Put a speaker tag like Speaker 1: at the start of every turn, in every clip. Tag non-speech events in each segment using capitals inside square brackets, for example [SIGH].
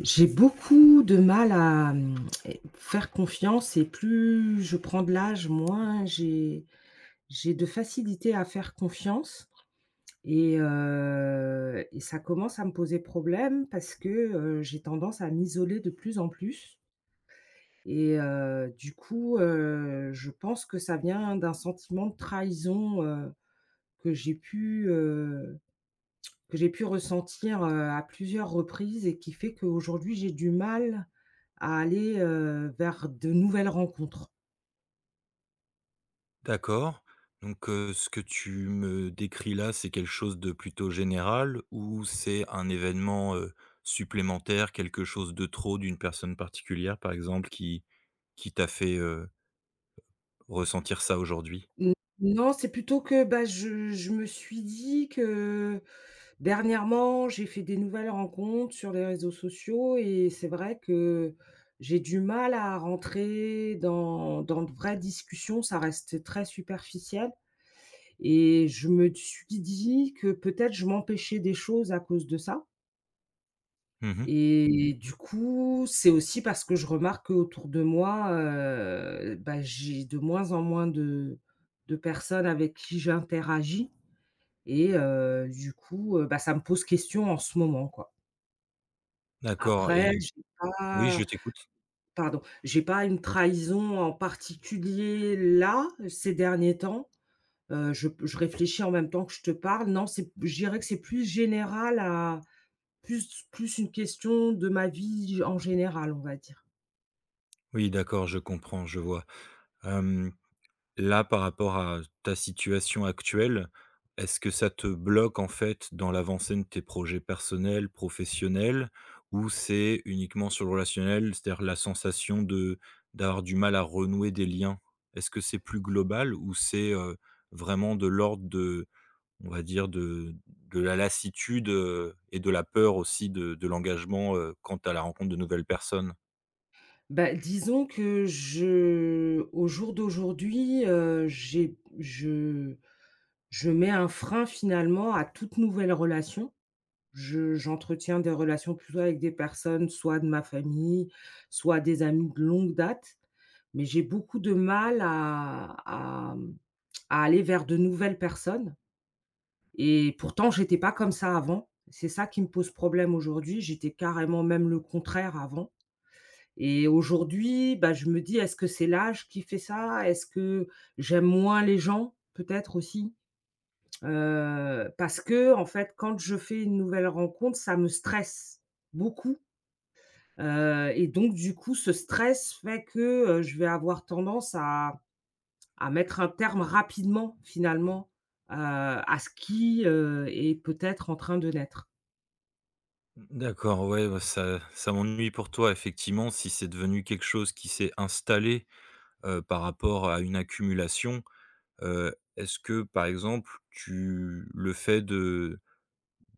Speaker 1: J'ai beaucoup de mal à, mmh, et faire confiance et plus je prends de l'âge, moins j'ai de facilité à faire confiance et ça commence à me poser problème parce que, j'ai tendance à m'isoler de plus en plus et du coup, je pense que ça vient d'un sentiment de trahison, que j'ai pu, heu que j'ai pu ressentir, à plusieurs reprises et qui fait qu'aujourd'hui j'ai du mal à aller, vers de nouvelles rencontres.
Speaker 2: D'accord. Donc, ce que tu me décris là, c'est quelque chose de plutôt général ou c'est un événement, supplémentaire, quelque chose de trop d'une personne particulière, par exemple, qui t'a fait, ressentir ça aujourd'hui?
Speaker 1: N Non, c'est plutôt que, bah, je me suis dit que dernièrement, j'ai fait des nouvelles rencontres sur les réseaux sociaux et c'est vrai que j'ai du mal à rentrer dans de vraies discussions, ça reste très superficiel et je me suis dit que peut-être je m'empêchais des choses à cause de ça.
Speaker 2: Mmh.
Speaker 1: Et du coup, c'est aussi parce que je remarque qu'autour de moi, bah, j'ai de moins en moins de personnes avec qui j'interagis et du coup, bah, ça me pose question en ce moment, quoi.
Speaker 2: D'accord,
Speaker 1: Après,
Speaker 2: et
Speaker 1: j'ai
Speaker 2: oui, je
Speaker 1: pas
Speaker 2: t'écoute.
Speaker 1: pardon, j'ai pas une trahison en particulier là, ces derniers temps. Je réfléchis en même temps que je te parle. Non, c'est je dirais que c'est plus général à plus une question de ma vie en général, on va dire.
Speaker 2: Oui, d'accord, je comprends, je vois. Là, par rapport à ta situation actuelle, est-ce que ça te bloque, en fait, dans l'avancée de tes projets personnels, professionnels? Ou c'est uniquement sur le relationnel, c'est-à-dire la sensation de d'avoir du mal à renouer des liens? Est-ce que c'est plus global ou c'est, vraiment de l'ordre de, on va dire, de la lassitude, et de la peur aussi de l'engagement, quant à la rencontre de nouvelles personnes?
Speaker 1: Bah, disons que je au jour d'aujourd'hui, j'ai je mets un frein finalement à toute nouvelle relation. Je J'entretiens des relations plutôt avec des personnes, soit de ma famille, soit des amis de longue date, mais j'ai beaucoup de mal à à aller vers de nouvelles personnes et pourtant j'étais pas comme ça avant. C'est ça qui me pose problème aujourd'hui, j'étais carrément même le contraire avant. Et aujourd'hui, bah, je me dis: «Est-ce que c'est l'âge qui fait ça? Est-ce que j'aime moins les gens?» peut-être aussi, parce que, en fait, quand je fais une nouvelle rencontre, ça me stresse beaucoup, et donc du coup, ce stress fait que, je vais avoir tendance à mettre un terme rapidement, finalement, à ce qui, est peut-être en train de naître.
Speaker 2: D'accord, ouais, bah, ça m'ennuie pour toi effectivement si c'est devenu quelque chose qui s'est installé, par rapport à une accumulation. Est-ce que par exemple tu le fait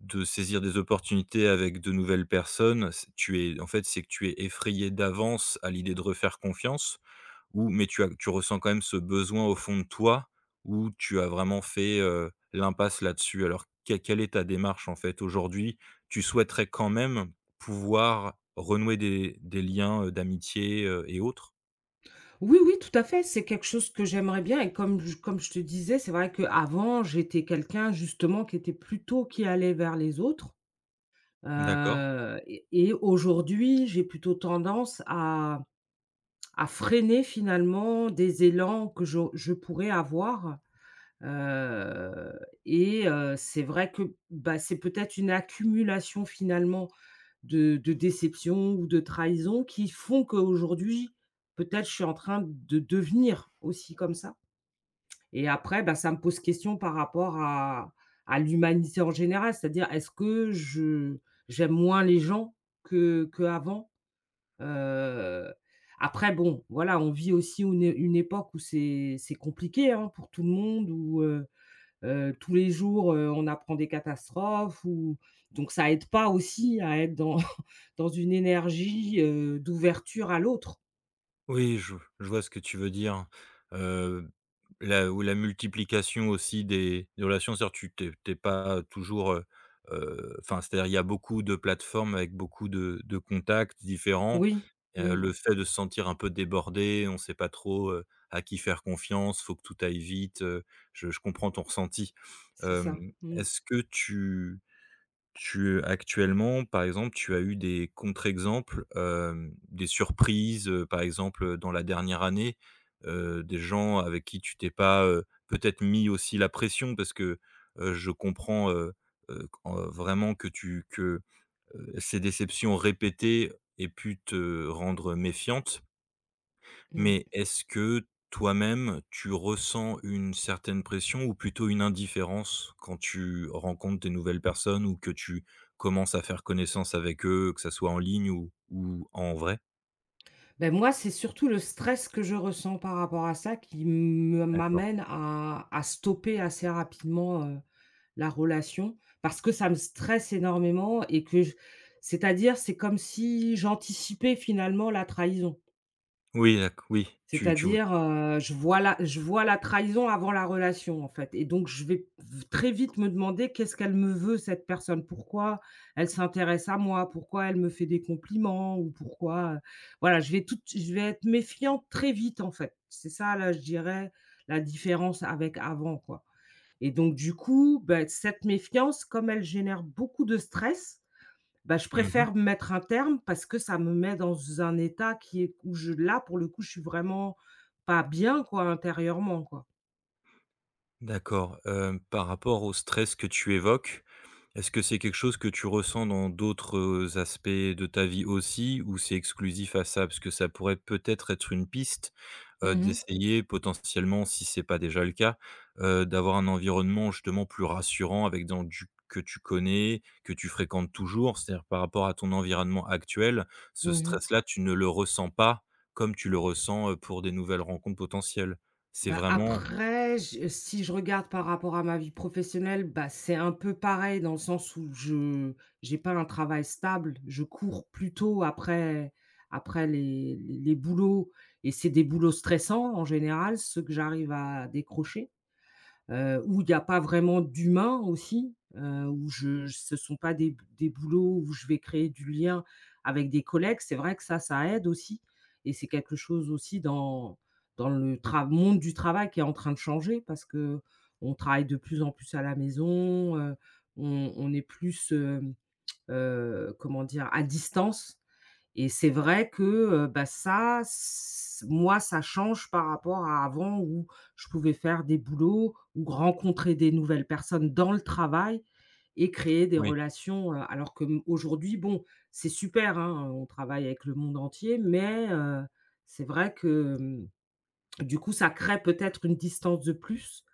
Speaker 2: de saisir des opportunités avec de nouvelles personnes, c'est que tu es effrayé d'avance à l'idée de refaire confiance? Ou mais tu ressens quand même ce besoin au fond de toi où tu as vraiment fait, l'impasse là-dessus? Alors que quelle est ta démarche, en fait, aujourd'hui? Tu souhaiterais quand même pouvoir renouer des liens, d'amitié, heu, et autres?
Speaker 1: Oui, oui, tout à fait, c'est quelque chose que j'aimerais bien et comme je te disais, c'est vrai qu'avant, j'étais quelqu'un justement qui était plutôt qui allait vers les autres,
Speaker 2: D'accord.
Speaker 1: et aujourd'hui, j'ai plutôt tendance à freiner finalement des élans que je pourrais avoir. Heu et c'est vrai que, bah, c'est peut-être une accumulation finalement de déceptions ou de trahisons qui font qu'aujourd'hui, peut-être je suis en train de devenir aussi comme ça et après, bah, ça me pose question par rapport à l'humanité en général. C'est-à-dire, est-ce que je j'aime moins les gens que qu'avant? Heu, Après bon, voilà, on vit aussi une époque où c'est compliqué, hein, pour tout le monde, où tous les jours, on apprend des catastrophes ou donc ça aide pas aussi à être dans [LAUGHS] dans une énergie, d'ouverture à l'autre.
Speaker 2: Oui, je vois ce que tu veux dire. Heu, la ou la multiplication aussi des relations, c'est-à-dire tu t'es tu pas toujours, enfin, c'est-à-dire il y a beaucoup de plateformes avec beaucoup de contacts différents.
Speaker 1: Oui, mmh,
Speaker 2: Le fait de se sentir un peu débordé, on ne sait pas trop, à qui faire confiance, faut que tout aille vite, je comprends ton ressenti.
Speaker 1: c'est ça. Mmh,
Speaker 2: Est-ce que tu actuellement, par exemple, tu as eu des contre-exemples, des surprises, par exemple, dans la dernière année, des gens avec qui tu t'es pas, peut-être mis aussi la pression? Parce que, je comprends, quand, vraiment que ces déceptions répétées aient pu te rendre méfiante.
Speaker 1: mmh.
Speaker 2: Mais est-ce que toi-même, tu ressens une certaine pression ou plutôt une indifférence quand tu rencontres des nouvelles personnes ou que tu commences à faire connaissance avec eux, que ça soit en ligne ou en vrai?
Speaker 1: Beh, moi, c'est surtout le stress que je ressens par rapport à ça qui me
Speaker 2: D'accord.
Speaker 1: m'amène à stopper assez rapidement, la relation parce que ça me stresse énormément et que je c'est-à-dire, c'est comme si j'anticipais finalement la trahison.
Speaker 2: Oui, d'acc oui, tu tu v
Speaker 1: C'est-à-dire, je vois la trahison avant la relation, en fait et donc je vais v très vite me demander: «Qu'est-ce qu'elle me veut cette personne? Pourquoi elle s'intéresse à moi? Pourquoi elle me fait des compliments? Ou pourquoi, voilà, je vais être méfiante très vite, en fait. C'est ça, là, je dirais, la différence avec avant, quoi et donc du coup, bah, cette méfiance, comme elle génère beaucoup de stress, bah, je
Speaker 2: mmh.
Speaker 1: préfère mettre un terme parce que ça me met dans un état qui est où je là, pour le coup, je suis vraiment pas bien, quoi, intérieurement, quoi.
Speaker 2: D'accord, par rapport au stress que tu évoques, est-ce que c'est quelque chose que tu ressens dans d'autres aspects de ta vie aussi ou c'est exclusif à ça? Parce que ça pourrait peut-être être une piste,
Speaker 1: Mmh mh.
Speaker 2: d'essayer potentiellement, si c'est pas déjà le cas, d'avoir un environnement justement plus rassurant avec dans du que tu connais, que tu fréquentes toujours. C'est-à-dire par rapport à ton environnement actuel, ce
Speaker 1: Mmh mh.
Speaker 2: stress-là, tu ne le ressens pas comme tu le ressens, pour des nouvelles rencontres potentielles. C'est
Speaker 1: Bah,
Speaker 2: vraiment
Speaker 1: après, je si je regarde par rapport à ma vie professionnelle, bah, c'est un peu pareil dans le sens où je j'ai pas un travail stable. Je cours plutôt après après les boulots et c'est des boulots stressants en général, ceux que j'arrive à décrocher. Où il y a pas vraiment d'humain aussi, où je ce ne sont pas des boulots où je vais créer du lien avec des collègues. C'est vrai que ça aide aussi et c'est quelque chose aussi dans le tra monde du travail qui est en train de changer parce que on travaille de plus en plus à la maison, on est plus, comment dire? À distance et c'est vrai que, bah, ça, ç moi, ça change par rapport à avant où je pouvais faire des boulots ou rencontrer des nouvelles personnes dans le travail et créer des
Speaker 2: oui.
Speaker 1: relations, alors que, mmh, aujourd'hui, bon, c'est super, hein, on travaille avec le monde entier, mais c'est vrai que, mmh, du coup, ça crée peut-être une distance de plus,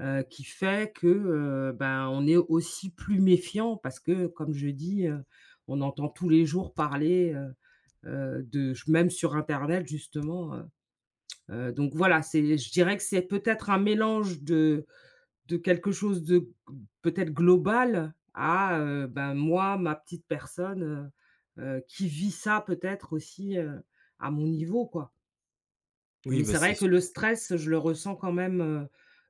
Speaker 1: qui fait que, ben, on est aussi plus méfiant parce que, comme je dis, on entend tous les jours parler, de, même sur Internet, justement. Donc voilà, c'est, je dirais que c'est peut-être un mélange de quelque chose de peut-être global à ben, moi, ma petite personne, qui vit ça peut-être aussi à mon niveau, quoi.
Speaker 2: Oui,
Speaker 1: Mais
Speaker 2: bah,
Speaker 1: c'est
Speaker 2: c'est…
Speaker 1: vrai que le stress, je le ressens quand même,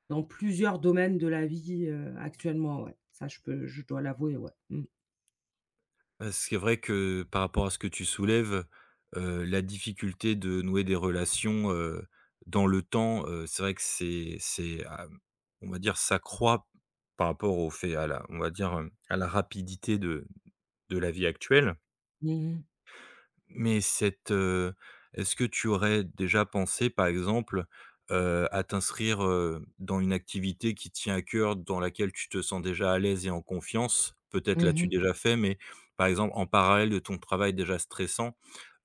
Speaker 1: dans plusieurs domaines de la vie, actuellement, ouais. Ça, je peux, je dois l'avouer, ouais. Mm.
Speaker 2: C'est vrai que par rapport à ce que tu soulèves, la difficulté de nouer des relations, dans le temps, c'est vrai que c'est, on va dire, ça croît par rapport au fait à la, on va dire, à la rapidité de la vie actuelle.
Speaker 1: Mmh mh.
Speaker 2: Mais cette, est-ce que tu aurais déjà pensé, par exemple, à t'inscrire, dans une activité qui te tient à cœur, dans laquelle tu te sens déjà à l'aise et en confiance? Peut-être
Speaker 1: Mmh
Speaker 2: l'as-tu
Speaker 1: mh.
Speaker 2: déjà fait, mais par exemple en parallèle de ton travail déjà stressant,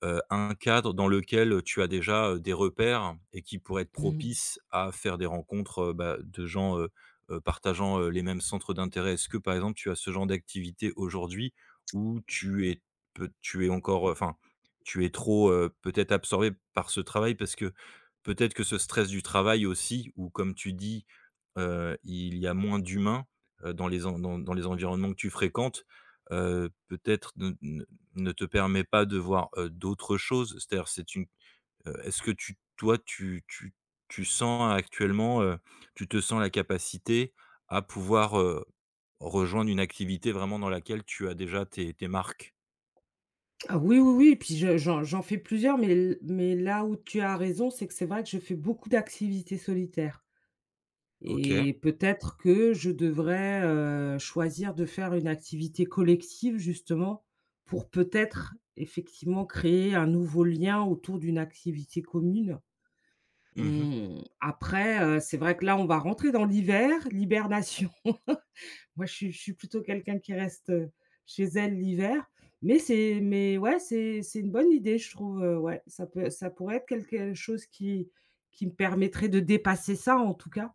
Speaker 2: un cadre dans lequel tu as déjà, des repères et qui pourrait être
Speaker 1: Mmh.
Speaker 2: propice à faire des rencontres, bah, de gens, partageant, les mêmes centres d'intérêt? Est-ce que, par exemple, tu as ce genre d'activité aujourd'hui où tu es peut tu es encore, enfin, tu es trop, peut-être absorbé par ce travail? Parce que peut-être que ce stress du travail aussi, ou comme tu dis, il y a moins d'humains, dans les en dans dans les environnements que tu fréquentes, peut-être ne te permet pas de voir, d'autres choses. C'est-à-dire, c'est une, est-ce que tu toi, tu tu tu sens actuellement, tu te sens la capacité à pouvoir, rejoindre une activité vraiment dans laquelle tu as déjà tes marques?
Speaker 1: Ah oui, oui, oui, puis je j'en j'en fais plusieurs, mais l mais là où tu as raison, c'est que c'est vrai que je fais beaucoup d'activités solitaires
Speaker 2: OK.
Speaker 1: et peut-être que je devrais, choisir de faire une activité collective justement pour peut-être effectivement créer un nouveau lien autour d'une activité commune.
Speaker 2: Mmh.
Speaker 1: Mmh, après, c'est vrai que là, on va rentrer dans l'hiver, l'hibernation. Moi, je suis plutôt quelqu'un qui reste, chez elle l'hiver, mais c'est mais ouais, c'est une bonne idée, je trouve, ouais, ça pourrait être quelque chose qui me permettrait de dépasser ça, en tout cas,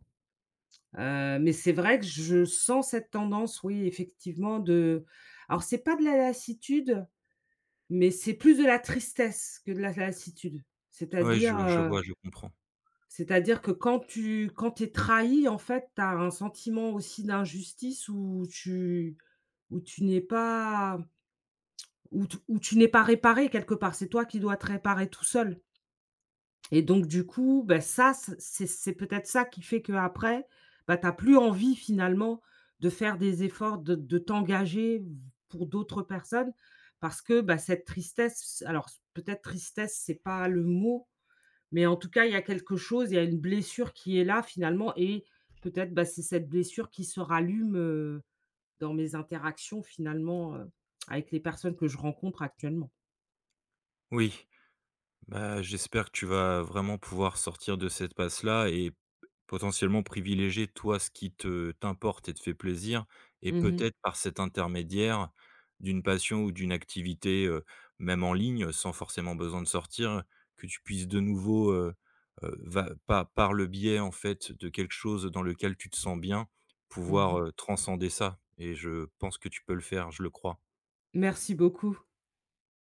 Speaker 1: mais c'est vrai que je sens cette tendance, oui, effectivement, de alors c'est pas de la lassitude, mais c'est plus de la tristesse que de la lassitude.
Speaker 2: Ouais,
Speaker 1: C'est-à-dire,
Speaker 2: je
Speaker 1: heu
Speaker 2: vois, je comprends.
Speaker 1: C'est-à-dire que quand tu es trahi, en fait, tu as un sentiment aussi d'injustice où tu n'es pas où tu n'es pas réparé quelque part. C'est toi qui dois te réparer tout seul et donc du coup, bah, ça, c'est c'est peut-être ça qui fait qu'après, bah, tu as plus envie finalement de faire des efforts, de t'engager pour d'autres personnes parce que, bah, cette tristesse alors peut-être tristesse, c'est pas le mot, mais en tout cas, il y a quelque chose, il y a une blessure qui est là finalement et peut-être, bah, c'est cette blessure qui se rallume, dans mes interactions finalement, avec les personnes que je rencontre actuellement.
Speaker 2: Oui. Bah, j'espère que tu vas vraiment pouvoir sortir de cette passe-là et potentiellement privilégier, toi, ce qui te t'importe et te fait plaisir et
Speaker 1: Mmh
Speaker 2: peut-être
Speaker 1: mh.
Speaker 2: par cet intermédiaire d'une passion ou d'une activité, même en ligne, sans forcément besoin de sortir, que tu puisses de nouveau, va pa par le biais, en fait, de quelque chose dans lequel tu te sens bien, pouvoir,
Speaker 1: Mmh.
Speaker 2: transcender ça, et je pense que tu peux le faire, je le crois.
Speaker 1: Merci beaucoup.